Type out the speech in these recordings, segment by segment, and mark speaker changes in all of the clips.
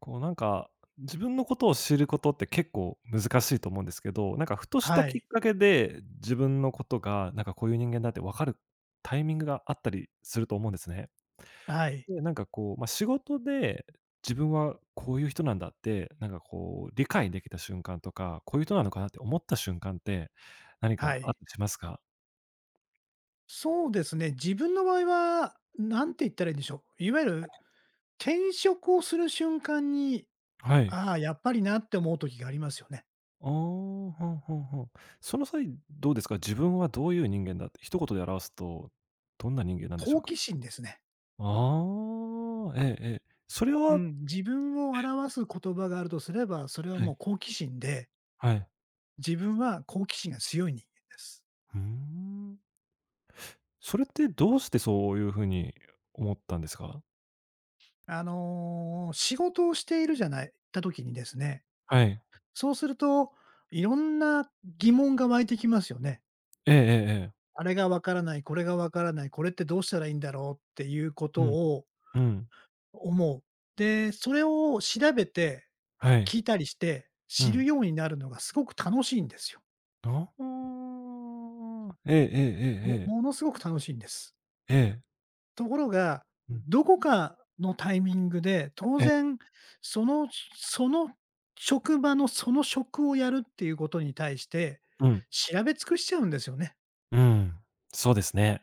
Speaker 1: こうなんか、自分のことを知ることって結構難しいと思うんですけど、なんかふとした
Speaker 2: は
Speaker 1: きっ
Speaker 2: い。
Speaker 1: かけで、自分のことがなんかこういう人間だって分かるタイミングがあったりすると思うんですね。
Speaker 2: はい。
Speaker 1: で、なんかこう、まあ、仕事で自分はこういう人なんだって、なんかこう理解できた瞬間とか、こういう人なのかなって思った瞬間って、何
Speaker 2: は
Speaker 1: か
Speaker 2: い。
Speaker 1: あったりしますか？
Speaker 2: そうですね、自分の場合は、何て言ったらいいんでしょう。いわゆる、転職をする瞬間に、
Speaker 1: はい。
Speaker 2: ああ、やっぱりなって思う時がありますよね。
Speaker 1: ああ、ほんほんほん。その際どうですか？自分はどういう人間だって一言で表すと、どんな人間なんでしょ
Speaker 2: 好
Speaker 1: うか？
Speaker 2: 奇心ですね。
Speaker 1: ああ、ええええ。それ
Speaker 2: う
Speaker 1: は
Speaker 2: ん、自分を表す言葉があるとすれば、それは
Speaker 1: は
Speaker 2: も
Speaker 1: い、
Speaker 2: う好奇心で、
Speaker 1: はい。
Speaker 2: 自分は好奇心が強い人間です。
Speaker 1: ふーん。それってどうしてそういう風に思ったんですか？
Speaker 2: あの、仕事をしているじゃないた時にですね、
Speaker 1: はい。
Speaker 2: そうすると、いろんな疑問が湧いてきますよね。
Speaker 1: ええええええ。
Speaker 2: あれがわからない、これがわからない、これってどうしたらいいんだろうっていうこと
Speaker 1: うん、
Speaker 2: を
Speaker 1: うん。
Speaker 2: 思う。で、それを調べて、
Speaker 1: はい。
Speaker 2: 聞いたりして、
Speaker 1: う
Speaker 2: 知る
Speaker 1: ん。
Speaker 2: ようになるのがすごく楽しいんですよ。
Speaker 1: ああ。えええええ
Speaker 2: も
Speaker 1: えええ。
Speaker 2: ものすごく楽しいんです。
Speaker 1: ええ。
Speaker 2: ところが、
Speaker 1: うん。
Speaker 2: どこかのタイミングで、当
Speaker 1: え。
Speaker 2: 然、そのその職場のその職をやるっていうことに対して、
Speaker 1: うん。
Speaker 2: 調べ尽くしちゃうんですよね。
Speaker 1: うん、そうですね。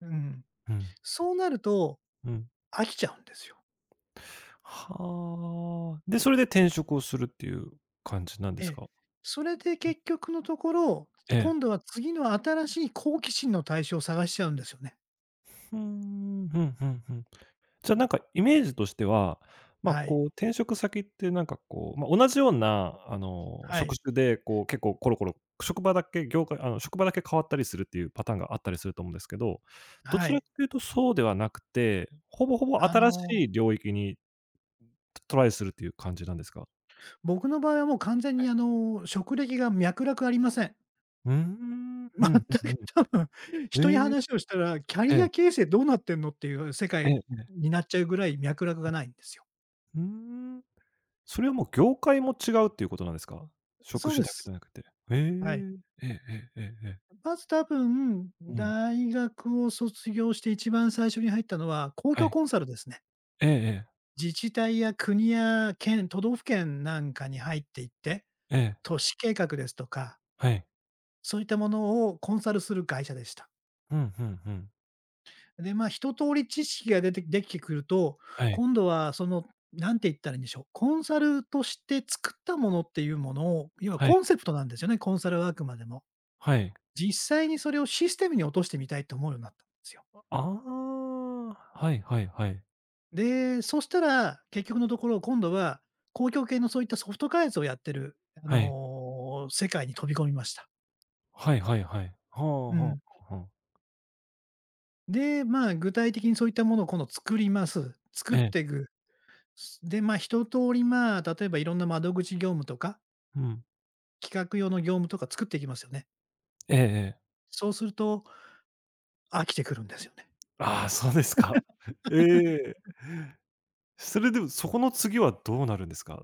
Speaker 2: うん。
Speaker 1: うん。
Speaker 2: そうなると
Speaker 1: うん。
Speaker 2: 飽きちゃうんですよ。
Speaker 1: はあ。で、それで転職をするっていう感じなんで
Speaker 2: え
Speaker 1: す
Speaker 2: え。
Speaker 1: か？
Speaker 2: それで
Speaker 1: うん。
Speaker 2: 結局のところ、
Speaker 1: ええ。
Speaker 2: 今度は次の新しい好奇心の対象を探しちゃうんですよね。
Speaker 1: ふーん、ふんふんふん。じゃ、あなんかイメージとしては、ま、
Speaker 2: はい。
Speaker 1: こう転職先ってなんかこう、まあ、同じようなあの、
Speaker 2: は
Speaker 1: 職
Speaker 2: い。
Speaker 1: 種でこう結構コロコロ、職場だけ業界あの、職場だけ変わったりするっていうパターンがあったりすると思うんですけど、ど
Speaker 2: は
Speaker 1: ちら
Speaker 2: い。
Speaker 1: かというとそうではなくて、ほぼほぼ
Speaker 2: あ
Speaker 1: 新し
Speaker 2: の、
Speaker 1: い領域にトライするっていう感じなんですか？
Speaker 2: 僕の場合はもう完全
Speaker 1: は
Speaker 2: に
Speaker 1: い。
Speaker 2: あの、職歴が脈絡ありません。
Speaker 1: うーん、うんうん
Speaker 2: 全く多分、
Speaker 1: う
Speaker 2: 人に
Speaker 1: ん。え
Speaker 2: 話をしたら、キャ
Speaker 1: え、え
Speaker 2: リ
Speaker 1: え、
Speaker 2: ア形成どうなってんのっていう世
Speaker 1: え
Speaker 2: 界
Speaker 1: え、
Speaker 2: になっちゃうぐらい脈絡がないんですよ。
Speaker 1: うーん。それはもう業界も違うっていうことなんですか？職
Speaker 2: そう
Speaker 1: 種
Speaker 2: で
Speaker 1: だけじ
Speaker 2: す。
Speaker 1: ゃなくて。
Speaker 2: はい。
Speaker 1: えええええええ。
Speaker 2: まず多分、
Speaker 1: うん、
Speaker 2: 大学を卒業して一番最初に入ったのは、公
Speaker 1: は
Speaker 2: 共
Speaker 1: い。
Speaker 2: コンサルですね。
Speaker 1: ええええ。
Speaker 2: 自治体や国や県、都道府県なんかに入っていって、
Speaker 1: ええ、
Speaker 2: 都市計画ですとか、
Speaker 1: はい。
Speaker 2: そういったものをコンサルする会社でした。
Speaker 1: うん、ふんふん。
Speaker 2: で、まあ、一通り知識が出てできてくると、
Speaker 1: はい。
Speaker 2: 今度はその、なんて言ったらいいんでしょう、コンサルとして作ったものっていうものを、要は
Speaker 1: はい。
Speaker 2: コンセプトなんですよね、コンサルはあくまでも。
Speaker 1: はい。
Speaker 2: 実際にそれをシステムに落としてみたいと思うようになったんですよ。
Speaker 1: ああ、はいはいはい。
Speaker 2: で、そしたら、結局のところ、今度は公共系のそういったソフト開発をやってる、あ
Speaker 1: はい。
Speaker 2: の、世界に飛び込みました。
Speaker 1: はいはいはい。はあ
Speaker 2: う
Speaker 1: は
Speaker 2: ん。
Speaker 1: あはあ。
Speaker 2: で、まあ、具体的にそういったものを今度作ります。作っ
Speaker 1: え
Speaker 2: てい
Speaker 1: え、
Speaker 2: く。で、まあ、一通り、まあ、例えばいろんな窓口業務とか、
Speaker 1: うん。
Speaker 2: 企画用の業務とか作っていきますよね。
Speaker 1: ええええ。
Speaker 2: そうすると飽きてくるんですよね。
Speaker 1: ああ、そうですか。ええ。それでも、そこの次はどうなるんですか？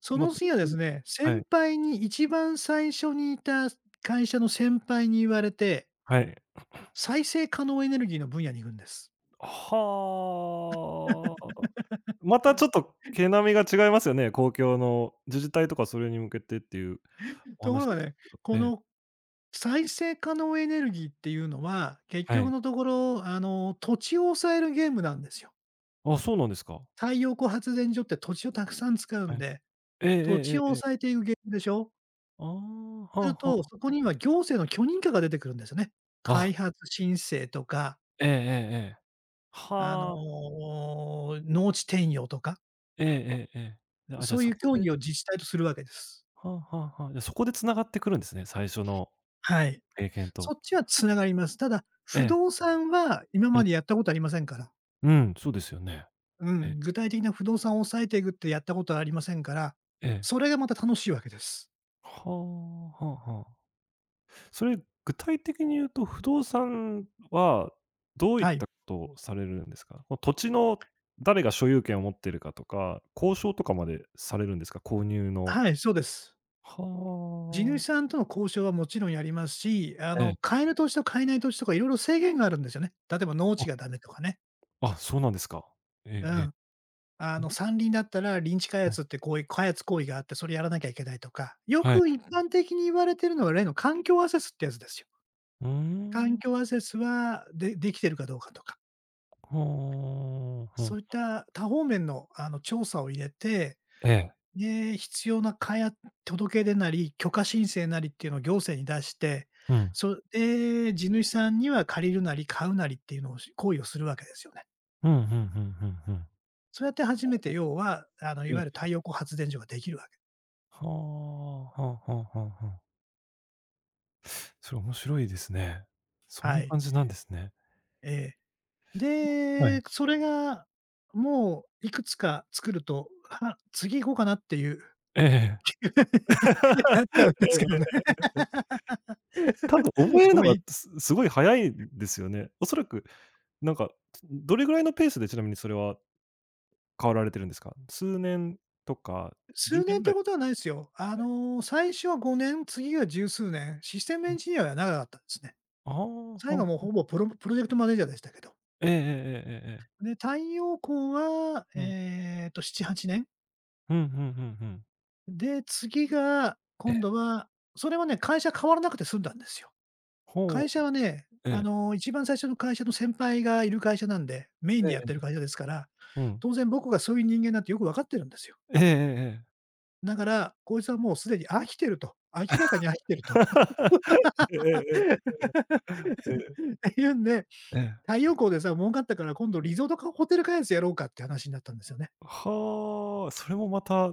Speaker 2: そ
Speaker 1: ま、
Speaker 2: の次はです ね、
Speaker 1: は
Speaker 2: 先
Speaker 1: い、
Speaker 2: 輩に一番最初にいた会社の先輩に言われて、
Speaker 1: はい。
Speaker 2: 再生可能エネルギーの分野に行くんです。
Speaker 1: はあ。またちょっと毛並みが違いますよね、公共の自治体とかそれに向けてっていうお
Speaker 2: とこ
Speaker 1: 話
Speaker 2: ろ
Speaker 1: で
Speaker 2: が
Speaker 1: した
Speaker 2: ね、
Speaker 1: けど。
Speaker 2: こ
Speaker 1: ええ、
Speaker 2: の再生可能エネルギーっていうのは、結
Speaker 1: は
Speaker 2: 局
Speaker 1: い。
Speaker 2: のところ、あの、土地を抑えるゲームなんですよ。
Speaker 1: あ、そうなんですか。
Speaker 2: 太陽光発電所って土地をたくさん使う
Speaker 1: は
Speaker 2: ん
Speaker 1: い。
Speaker 2: で、
Speaker 1: ええ
Speaker 2: 土地
Speaker 1: ええ
Speaker 2: を
Speaker 1: ええええ。
Speaker 2: 抑えていくゲームでしょ。
Speaker 1: ああ、
Speaker 2: する
Speaker 1: はあ
Speaker 2: と、
Speaker 1: は
Speaker 2: そ
Speaker 1: あ。
Speaker 2: こには行政の許認可が出てくるんですよね。
Speaker 1: あ、
Speaker 2: 開発申請とか、
Speaker 1: ええええええ。
Speaker 2: あの、
Speaker 1: はあ。
Speaker 2: 農地転用とか、
Speaker 1: ええええええ。あ、じゃ
Speaker 2: そ
Speaker 1: あ
Speaker 2: うい
Speaker 1: そ
Speaker 2: う
Speaker 1: こ
Speaker 2: 協
Speaker 1: で
Speaker 2: 議を自治体とするわけです。
Speaker 1: はあはあはあ。じゃ、そこで繋がってくるんですね、最初の
Speaker 2: はい。
Speaker 1: 経験
Speaker 2: そ
Speaker 1: と。
Speaker 2: っちはつながります。ただ、
Speaker 1: え
Speaker 2: 不
Speaker 1: え、
Speaker 2: 動産は今
Speaker 1: うん、
Speaker 2: までやったことありませんから。
Speaker 1: うん、そうですよね。
Speaker 2: う
Speaker 1: え、
Speaker 2: ん、具体的な不動産を抑えていくってやったことはありませんから、
Speaker 1: ええ。
Speaker 2: それがまた楽しいわけです。
Speaker 1: はあ、はあはあ。それ、具体的に言うと、不動産はどういっ
Speaker 2: はい。
Speaker 1: たことをされるんですか？この土地の誰が所有権を持ってるかとか、交渉とかまでされるんですか？購入の。
Speaker 2: はい、そうです。
Speaker 1: は
Speaker 2: 地主
Speaker 1: あ。
Speaker 2: さんとの交渉はもちろんやりますし、あ
Speaker 1: え
Speaker 2: の、
Speaker 1: え。
Speaker 2: 買える土地と買えない土地とかいろいろ制限があるんですよね。例えば農
Speaker 1: あ。
Speaker 2: 地がダメとかね。
Speaker 1: あ、そうなんですか。え
Speaker 2: う
Speaker 1: えええ。
Speaker 2: ん。あ
Speaker 1: うん、
Speaker 2: の、山林だったら林地開
Speaker 1: はい。
Speaker 2: 発ってこういう開発行為があって、それやらなきゃいけないとか、よ
Speaker 1: はい。
Speaker 2: く一般的に言われてるのは例の環境アセスってやつですよ。
Speaker 1: うー
Speaker 2: 環
Speaker 1: ん。
Speaker 2: 境アセスはでできてるかどうかとか、
Speaker 1: ほう、
Speaker 2: そ
Speaker 1: ん。
Speaker 2: ういった多方面のあの調査を入れて
Speaker 1: ええ。
Speaker 2: で、必要なかや届け出なり、許可申請なりっていうのを行政に出して、
Speaker 1: うん。
Speaker 2: それで、地主さんには借りるなり買うなりっていうのをし行為をするわけですよね。
Speaker 1: うんふんふんふんふん。
Speaker 2: そうやって初めて要は、あの、い
Speaker 1: え
Speaker 2: わゆる
Speaker 1: え。
Speaker 2: 太陽光発電所ができるわけ
Speaker 1: はあ、はあはあはあはあ。それ面白いですね。そん
Speaker 2: は
Speaker 1: な
Speaker 2: い。
Speaker 1: 感じなんですね。
Speaker 2: ええ。
Speaker 1: はい。
Speaker 2: で、それが、もういくつか作ると、は、次行こうかなっていう、
Speaker 1: ええええ。
Speaker 2: なっち
Speaker 1: え
Speaker 2: ゃうんで
Speaker 1: え
Speaker 2: すけどね。
Speaker 1: ええ。多分覚え る
Speaker 2: も
Speaker 1: の
Speaker 2: う
Speaker 1: が
Speaker 2: い
Speaker 1: すごい早いんですよね。おそらく、なんか、どれぐらいのペースでちなみにそれは変わられてるんですか？数年とか
Speaker 2: 数
Speaker 1: 10年
Speaker 2: 年っ
Speaker 1: ぐ
Speaker 2: て
Speaker 1: らい？
Speaker 2: ことはないですよ。あの、最初は5年、次が十数年、システム
Speaker 1: う
Speaker 2: エン
Speaker 1: ん。
Speaker 2: ジニアは長かったですね。
Speaker 1: ああ、
Speaker 2: 最
Speaker 1: は
Speaker 2: 後もう
Speaker 1: あ。
Speaker 2: ほぼプロジェクトマネージャーでしたけど。
Speaker 1: ええええええええええ。
Speaker 2: で、太陽光は、
Speaker 1: うん
Speaker 2: えっと、7、8年。
Speaker 1: うんうんうんうん。
Speaker 2: で、次が、
Speaker 1: え
Speaker 2: 今度
Speaker 1: え。
Speaker 2: は、それはね、会社変わらなくて済んだんですよ。
Speaker 1: ほう
Speaker 2: 会社はね、
Speaker 1: え
Speaker 2: あ
Speaker 1: え。
Speaker 2: の、一番最初の会社の先輩がいる会社なんで、メイン
Speaker 1: う。え
Speaker 2: でやって
Speaker 1: え
Speaker 2: る
Speaker 1: え。
Speaker 2: 会社ですから、
Speaker 1: うん。
Speaker 2: 当然僕がそういう人間なんてよくわかってるんですよ。
Speaker 1: ええええええ。
Speaker 2: だから、こいつはもうすでに飽きてると、明らかに飽きてると、
Speaker 1: ええええ ええ。ええ。
Speaker 2: っていうんで
Speaker 1: ええ。
Speaker 2: 太陽光でさ、儲かったから今度リゾートかホテル開発やろうかって話になったんですよね。
Speaker 1: はあ、それもまた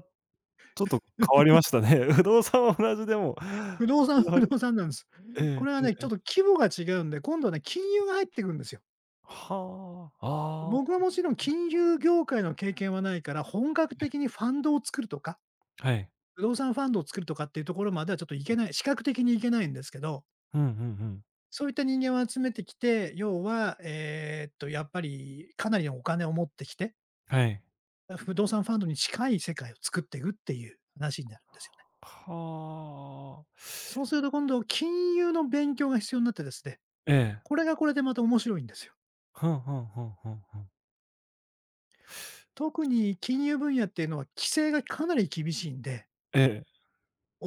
Speaker 1: ちょっと変わりましたね。不動産は同じでも、
Speaker 2: 不動産
Speaker 1: や は
Speaker 2: 不
Speaker 1: り
Speaker 2: 動産なんです。
Speaker 1: ええ
Speaker 2: これは
Speaker 1: ええ
Speaker 2: ね、ち
Speaker 1: え
Speaker 2: ょっと
Speaker 1: え。
Speaker 2: 規模が違うんで、今度はね、金融が入ってくるんですよ。
Speaker 1: はあ、
Speaker 2: 僕
Speaker 1: ああ。
Speaker 2: はもちろん金融業界の経験はないから、本格
Speaker 1: え
Speaker 2: 的
Speaker 1: え、
Speaker 2: にファンドを作るとか、
Speaker 1: はい。
Speaker 2: 不動産ファンドを作るとかっていうところまではちょっといけない、視覚的にいけないんですけど、
Speaker 1: うんうんうん。
Speaker 2: そういった人間を集めてきて、要は、やっぱりかなりのお金を持ってきて、
Speaker 1: はい。
Speaker 2: 不動産ファンドに近い世界を作っていくっていう話になるんですよ。
Speaker 1: は
Speaker 2: そう
Speaker 1: あ。
Speaker 2: すると今度、金融の勉強が必要になってですね、
Speaker 1: ええ。
Speaker 2: これがこれでまた面白いんですよ。
Speaker 1: ふんふんふんふんふん。
Speaker 2: 特に金融分野っていうのは規制がかなり厳しいんで、
Speaker 1: ええ。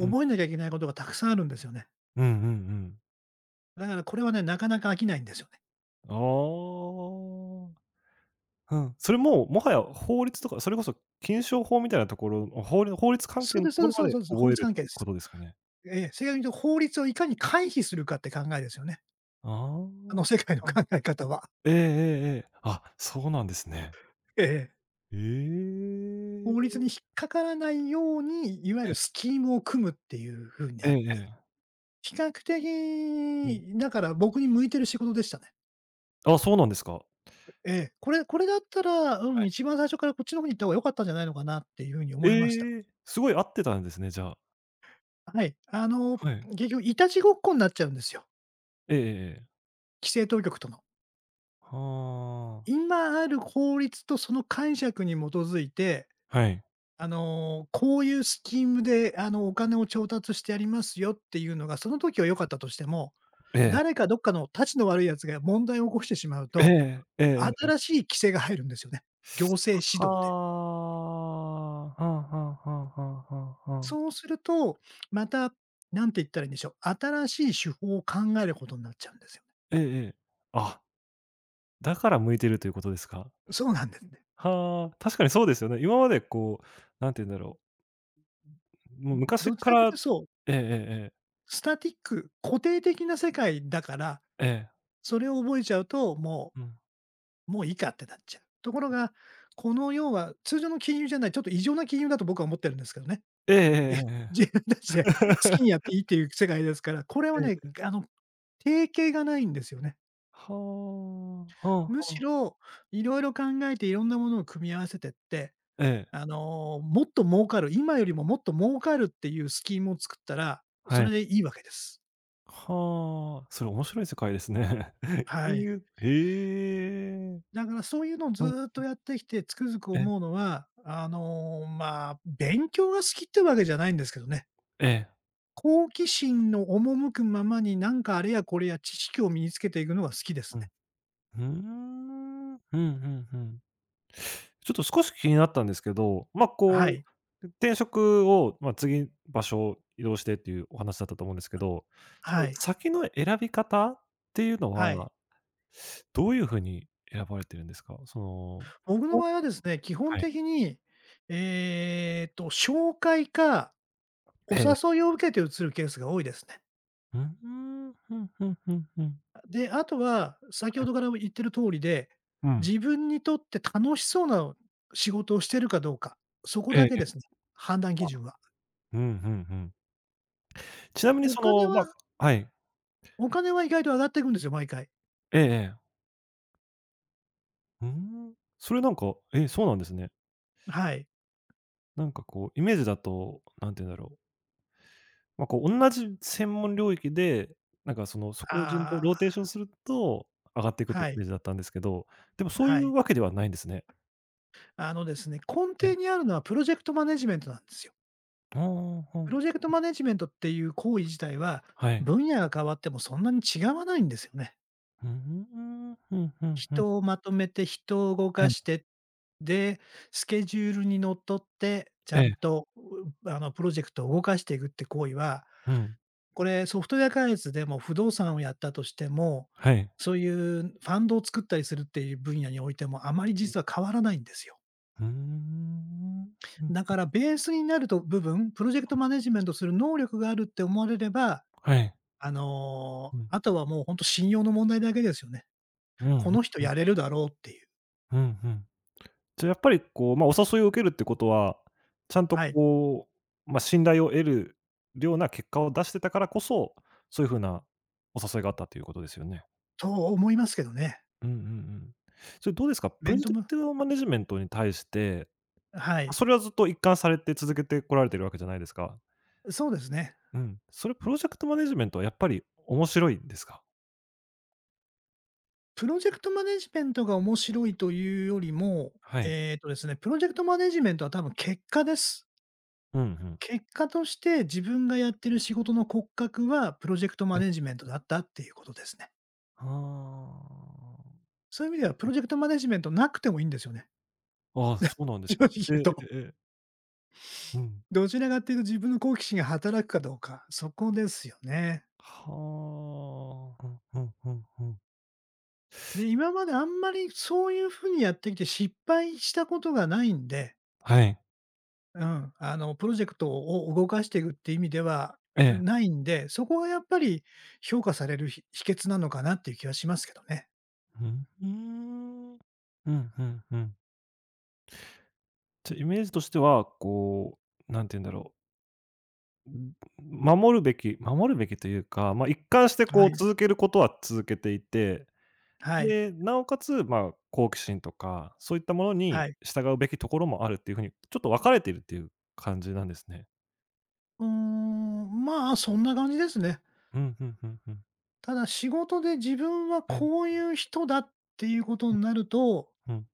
Speaker 1: うん。
Speaker 2: えなきゃいけないことがたくさんあるんですよね。
Speaker 1: うんうんうん。
Speaker 2: だからこれはね、なかなか飽きないんですよね。
Speaker 1: ああ。うん、それも、もはや法律とか、それこそ禁酒法みたいなところ、法律法律関
Speaker 2: そ
Speaker 1: 係
Speaker 2: う
Speaker 1: の
Speaker 2: です
Speaker 1: と
Speaker 2: そう
Speaker 1: こ
Speaker 2: で
Speaker 1: ろ
Speaker 2: すそ
Speaker 1: ま
Speaker 2: うです
Speaker 1: で
Speaker 2: そうです。法
Speaker 1: 覚え
Speaker 2: 律
Speaker 1: る
Speaker 2: 関
Speaker 1: っ
Speaker 2: 係
Speaker 1: て
Speaker 2: で
Speaker 1: いうこ
Speaker 2: す。
Speaker 1: とですかね？
Speaker 2: ええ、正確に言うと法律をいかに回避するかって考えですよね。あ
Speaker 1: あ
Speaker 2: の世界の
Speaker 1: あ、うん。
Speaker 2: 考え方は。
Speaker 1: ええええええ。あ、そうなんですね。
Speaker 2: ええ。
Speaker 1: え
Speaker 2: 法
Speaker 1: え。
Speaker 2: 律に引っかからないように、いわゆ
Speaker 1: ええ、
Speaker 2: るスキームを組むっていう風に
Speaker 1: え
Speaker 2: な
Speaker 1: え
Speaker 2: るん
Speaker 1: え
Speaker 2: で、
Speaker 1: え。
Speaker 2: 比較
Speaker 1: うん。
Speaker 2: 的、だから僕に向いてる仕事でしたね。
Speaker 1: あ、そうなんですか？
Speaker 2: ええ、これだったら、う
Speaker 1: は
Speaker 2: ん、
Speaker 1: い。
Speaker 2: 一番最初からこっちの方に行った方が良かったんじゃないのかなっていうふうに思
Speaker 1: え
Speaker 2: いました。
Speaker 1: え、すごい合ってたんですね、じゃあ。
Speaker 2: はい。あの、
Speaker 1: はい。
Speaker 2: 結局いたちごっこになっちゃうんですよ、
Speaker 1: ええええええ。
Speaker 2: 規制当局との。
Speaker 1: はあ。
Speaker 2: 今ある法律とその解釈に基づいて、
Speaker 1: はい。
Speaker 2: あの、こういうスキームで、あの、お金を調達してやりますよっていうのが、その時は良かったとしても、
Speaker 1: え
Speaker 2: 誰
Speaker 1: え。
Speaker 2: かどっかのたちの悪いやつが問題を起こしてしまう
Speaker 1: え
Speaker 2: と、
Speaker 1: え、えええ
Speaker 2: 新
Speaker 1: え。
Speaker 2: しい規制が入るんですよね、行
Speaker 1: は
Speaker 2: 政指導で。
Speaker 1: あ。はあはあはあはあはあはあ。
Speaker 2: そうすると、また、なんて言ったらいいんでしょう、新しい手法を考えることになっちゃうんですよね。
Speaker 1: ええええ。あ、だから向いてるということですか？
Speaker 2: そうなんですね。
Speaker 1: はあ、確かにそうですよね。今までこう、なんて言うんだろう、もう昔
Speaker 2: どち
Speaker 1: か
Speaker 2: らか
Speaker 1: ら
Speaker 2: というとそう、
Speaker 1: ええええ
Speaker 2: スタティック、固定的な世界だから、
Speaker 1: ええ、ええ、
Speaker 2: それを覚えちゃうと、も
Speaker 1: うん。
Speaker 2: うもういいかってなっちゃう。ところが、この要は通常の金融じゃない、ちょっと異常な金融だと僕は思ってるんですけどね。
Speaker 1: えええ
Speaker 2: え、
Speaker 1: え
Speaker 2: 自分たち
Speaker 1: ええ
Speaker 2: で好きにやっ ていいっていう世界ですから、これ
Speaker 1: え
Speaker 2: はね、
Speaker 1: え。
Speaker 2: 定型がないんですよね。
Speaker 1: はあは
Speaker 2: む
Speaker 1: あ
Speaker 2: し
Speaker 1: はあ。
Speaker 2: ろ、いろいろ考えていろんなものを組み合わせてって
Speaker 1: ええ、
Speaker 2: もっと儲かる、今よりももっと儲かるっていうスキームを作ったら、そ
Speaker 1: はい。
Speaker 2: れでいいわけです。
Speaker 1: はあ、それ面白い世界ですね。
Speaker 2: は
Speaker 1: 金
Speaker 2: い。
Speaker 1: 融へえ。
Speaker 2: だからそういうのをず
Speaker 1: うん、
Speaker 2: ーっとやってきて、つくづく思う
Speaker 1: え、
Speaker 2: のは、まあ、勉強が好きってわけじゃないんですけどね。
Speaker 1: ええ、
Speaker 2: 好奇心の赴くままに、なんかあれやこれや知識を身につけていくのが好きです
Speaker 1: う
Speaker 2: ね。
Speaker 1: ん。うーん。ふんふんふん。ちょっと少し気になったんですけど、まあ、
Speaker 2: は
Speaker 1: こ
Speaker 2: い。
Speaker 1: う、転職を、まあ、次、場所を移動してっていうお話だったと思うんですけど、そ
Speaker 2: は
Speaker 1: の
Speaker 2: い。
Speaker 1: 先の選び方っていうの
Speaker 2: はい。
Speaker 1: は、どういう風に選ばれてるんですか？その、
Speaker 2: 僕の
Speaker 1: お
Speaker 2: 場合はですね、基本
Speaker 1: はい。
Speaker 2: 的に、紹介かお
Speaker 1: ええ。
Speaker 2: 誘いを受けて移るケースが多いですね。
Speaker 1: うーん、ふんふんふんふん。
Speaker 2: で、あとは、先
Speaker 1: は
Speaker 2: ほ
Speaker 1: い。
Speaker 2: どから言ってる通りで、
Speaker 1: うん。
Speaker 2: 自分にとって楽しそうな仕事をしてるかどうか、そこ
Speaker 1: ええ
Speaker 2: だ
Speaker 1: ええ、
Speaker 2: けですね、判断基
Speaker 1: あ、
Speaker 2: 準は。
Speaker 1: うん、ふんふん。ちなみに
Speaker 2: お
Speaker 1: そ
Speaker 2: 金
Speaker 1: の、
Speaker 2: は
Speaker 1: まはい。
Speaker 2: お金は意外と上がっていくんですよ、毎回。
Speaker 1: ええええ。ふーん。それなんか、え、そうなんですね。
Speaker 2: はい。
Speaker 1: なんかこう、イメージだと、何て言うんだろうまあ、こう、同じ専門領域で、なんか、その、そこを順と
Speaker 2: あ
Speaker 1: ロ
Speaker 2: あ、
Speaker 1: ーテーションすると、上がっていくってイ
Speaker 2: は
Speaker 1: メ
Speaker 2: い、
Speaker 1: ージだったんですけど、でもそうい
Speaker 2: は
Speaker 1: う
Speaker 2: い。
Speaker 1: わけではないんですね。
Speaker 2: あのですね、根
Speaker 1: え、
Speaker 2: 底にあるのはプロジェクトマネジメントなんですよ。
Speaker 1: ああ、は
Speaker 2: プ
Speaker 1: ん、
Speaker 2: ロジェクトマネジメントっていう行為自体は、
Speaker 1: はい。
Speaker 2: 分野が変わってもそんなに違わないんですよね。
Speaker 1: ふーん、ふんふんふん。
Speaker 2: 人をまとめて、人を動
Speaker 1: え
Speaker 2: か
Speaker 1: え、
Speaker 2: して、で、スケジュールにのっとって、ち
Speaker 1: え
Speaker 2: ゃん
Speaker 1: え、
Speaker 2: と、うあの、プロジェクトを動かしていくって行為は、
Speaker 1: うん、
Speaker 2: これソフトウェア開発でも不動産をやったとしても、
Speaker 1: はい。
Speaker 2: そういうファンドを作ったりするっていう分野においても、あまり実は変わらないんですよ。
Speaker 1: ふーん、うん、
Speaker 2: だからベースになると部分、プロジェクトマネジメントする能力があるって思われれば、
Speaker 1: はい。うん、
Speaker 2: あとはもうほんと信用の問題だけですよね。
Speaker 1: うん、
Speaker 2: こ
Speaker 1: ふん
Speaker 2: の人
Speaker 1: ふん、
Speaker 2: やれるだろうっていう。
Speaker 1: うん、ふん。じゃ、あやっぱりこう、まあ、お誘いを受けるってことは、ちゃんと
Speaker 2: はい。
Speaker 1: こう、まあ、信頼を得るような結果を出してたからこそ、そういう風なお誘いがあったということですよね。
Speaker 2: と思いますけどね。
Speaker 1: うんうんうん。それどうですか？プロ
Speaker 2: 面
Speaker 1: ジェ
Speaker 2: と
Speaker 1: ク
Speaker 2: む
Speaker 1: トマネジメントに対して、
Speaker 2: はい。
Speaker 1: それはずっと一貫されて続けてこられてるわけじゃないですか。
Speaker 2: そうですね。
Speaker 1: うん。それプロジェクトマネジメントはやっぱり面白いんですか？
Speaker 2: プロジェクトマネジメントが面白いというよりも、
Speaker 1: はい。
Speaker 2: えっとですね、プロジェクトマネジメントは多分結果です。
Speaker 1: うんうん。
Speaker 2: 結果として自分がやってる仕事の骨格はプロジェクトマ
Speaker 1: え、
Speaker 2: ネジメントだったっていうことですね。
Speaker 1: ああ。
Speaker 2: そういう意味ではプロジェクトマネジメントなくてもいいんですよね。
Speaker 1: ああ、そうなん で
Speaker 2: 正
Speaker 1: すね。
Speaker 2: 直言う
Speaker 1: ええ
Speaker 2: と。
Speaker 1: ええええ。うん。
Speaker 2: どちらかっていうと自分の好奇心が働くかどうか、そこですよね。
Speaker 1: はあ。ふんふんふんふん。
Speaker 2: で、今まであんまりそういうふうにやってきて失敗したことがないんで、
Speaker 1: はい。
Speaker 2: うん、プロジェクトを動かしていくって意味では
Speaker 1: ええ。
Speaker 2: ないんで、そこはやっぱり評価される秘訣なのかなっていう気はしますけどね。
Speaker 1: ふんふーん。ふんふんふん。じゃ、イメージとしては、こう、なんて言うんだろう、ん、守るべきというか、ま、一貫してこ
Speaker 2: は
Speaker 1: う
Speaker 2: い。
Speaker 1: 続けることは続けていて、
Speaker 2: はい。
Speaker 1: で、なおかつ、ま、好奇心とか、そういったものに
Speaker 2: はい。
Speaker 1: 従うべきところもあるっていう風に、ちょっと分かれているっていう感じなんですね。
Speaker 2: うーん、まあ、そんな感じですね。
Speaker 1: うん、ふんふんふん。
Speaker 2: ただ仕事で自分は
Speaker 1: はい。
Speaker 2: こういう人だっていうことになると、
Speaker 1: うん。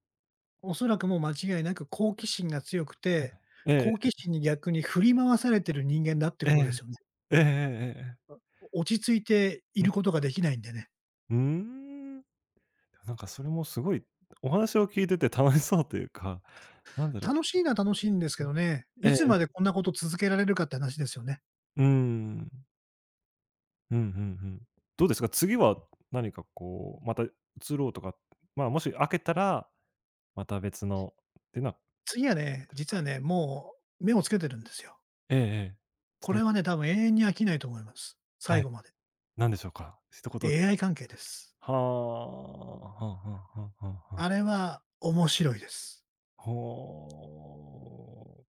Speaker 2: おそらくもう間違いなく好奇心が強くて、
Speaker 1: え
Speaker 2: 好奇
Speaker 1: え
Speaker 2: 心に逆に振り回されてる人間だって
Speaker 1: え
Speaker 2: ことです
Speaker 1: え。
Speaker 2: よね。
Speaker 1: ええええええええ。
Speaker 2: 落ち着いてい
Speaker 1: うん。
Speaker 2: ることができないんでね。
Speaker 1: うーん。なんかそれもすごい、お話を聞いてて楽しそうというか、なんだろ
Speaker 2: 楽しいのは楽しいんですけ
Speaker 1: う、
Speaker 2: どね、
Speaker 1: え
Speaker 2: い
Speaker 1: え、
Speaker 2: つまでこんなこと続けられるかって話ですよね。
Speaker 1: うーん。うんうんうん。どうですか、次は何かこう、また移ろうとか、まあ、もし開けたら、また別のっていうのは
Speaker 2: 次はね、実
Speaker 1: は
Speaker 2: は
Speaker 1: い
Speaker 2: ね、もう目をつけてるんですよ。
Speaker 1: ええええ。ち
Speaker 2: こ
Speaker 1: な
Speaker 2: れ
Speaker 1: み
Speaker 2: は
Speaker 1: に
Speaker 2: ね、多分永遠に飽きないと思います。最
Speaker 1: はい、
Speaker 2: 後まで。
Speaker 1: 何でしょうか？一言で。
Speaker 2: AI 関係です。
Speaker 1: はあ、はあはあはあはあはあ
Speaker 2: あれは面白いです。
Speaker 1: ほう。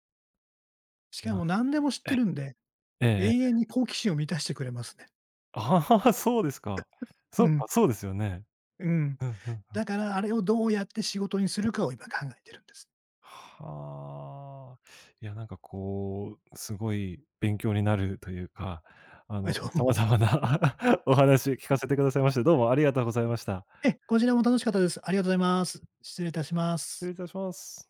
Speaker 2: しか
Speaker 1: な
Speaker 2: も
Speaker 1: る
Speaker 2: 何でも知っ
Speaker 1: え
Speaker 2: てるんで、
Speaker 1: ええええ
Speaker 2: 永
Speaker 1: え。
Speaker 2: 遠に好奇心を満たしてくれますね。
Speaker 1: ああ、そうですか。そ
Speaker 2: う
Speaker 1: っ
Speaker 2: ん、
Speaker 1: か、そうですよね。
Speaker 2: うん。
Speaker 1: うんうん。
Speaker 2: だからあれをどうやって仕事にするかを今考えてるんです。
Speaker 1: はあ。いや、なんかこう、すごい勉強になるというか、あ
Speaker 2: はい、
Speaker 1: の、
Speaker 2: どう
Speaker 1: 様
Speaker 2: も。
Speaker 1: 々な お話聞かせてくださいまして、どうもありがとうございました。
Speaker 2: え、こちらも楽しかったです。ありがとうございます。失礼いたしま
Speaker 1: 失
Speaker 2: す。
Speaker 1: 礼いたします。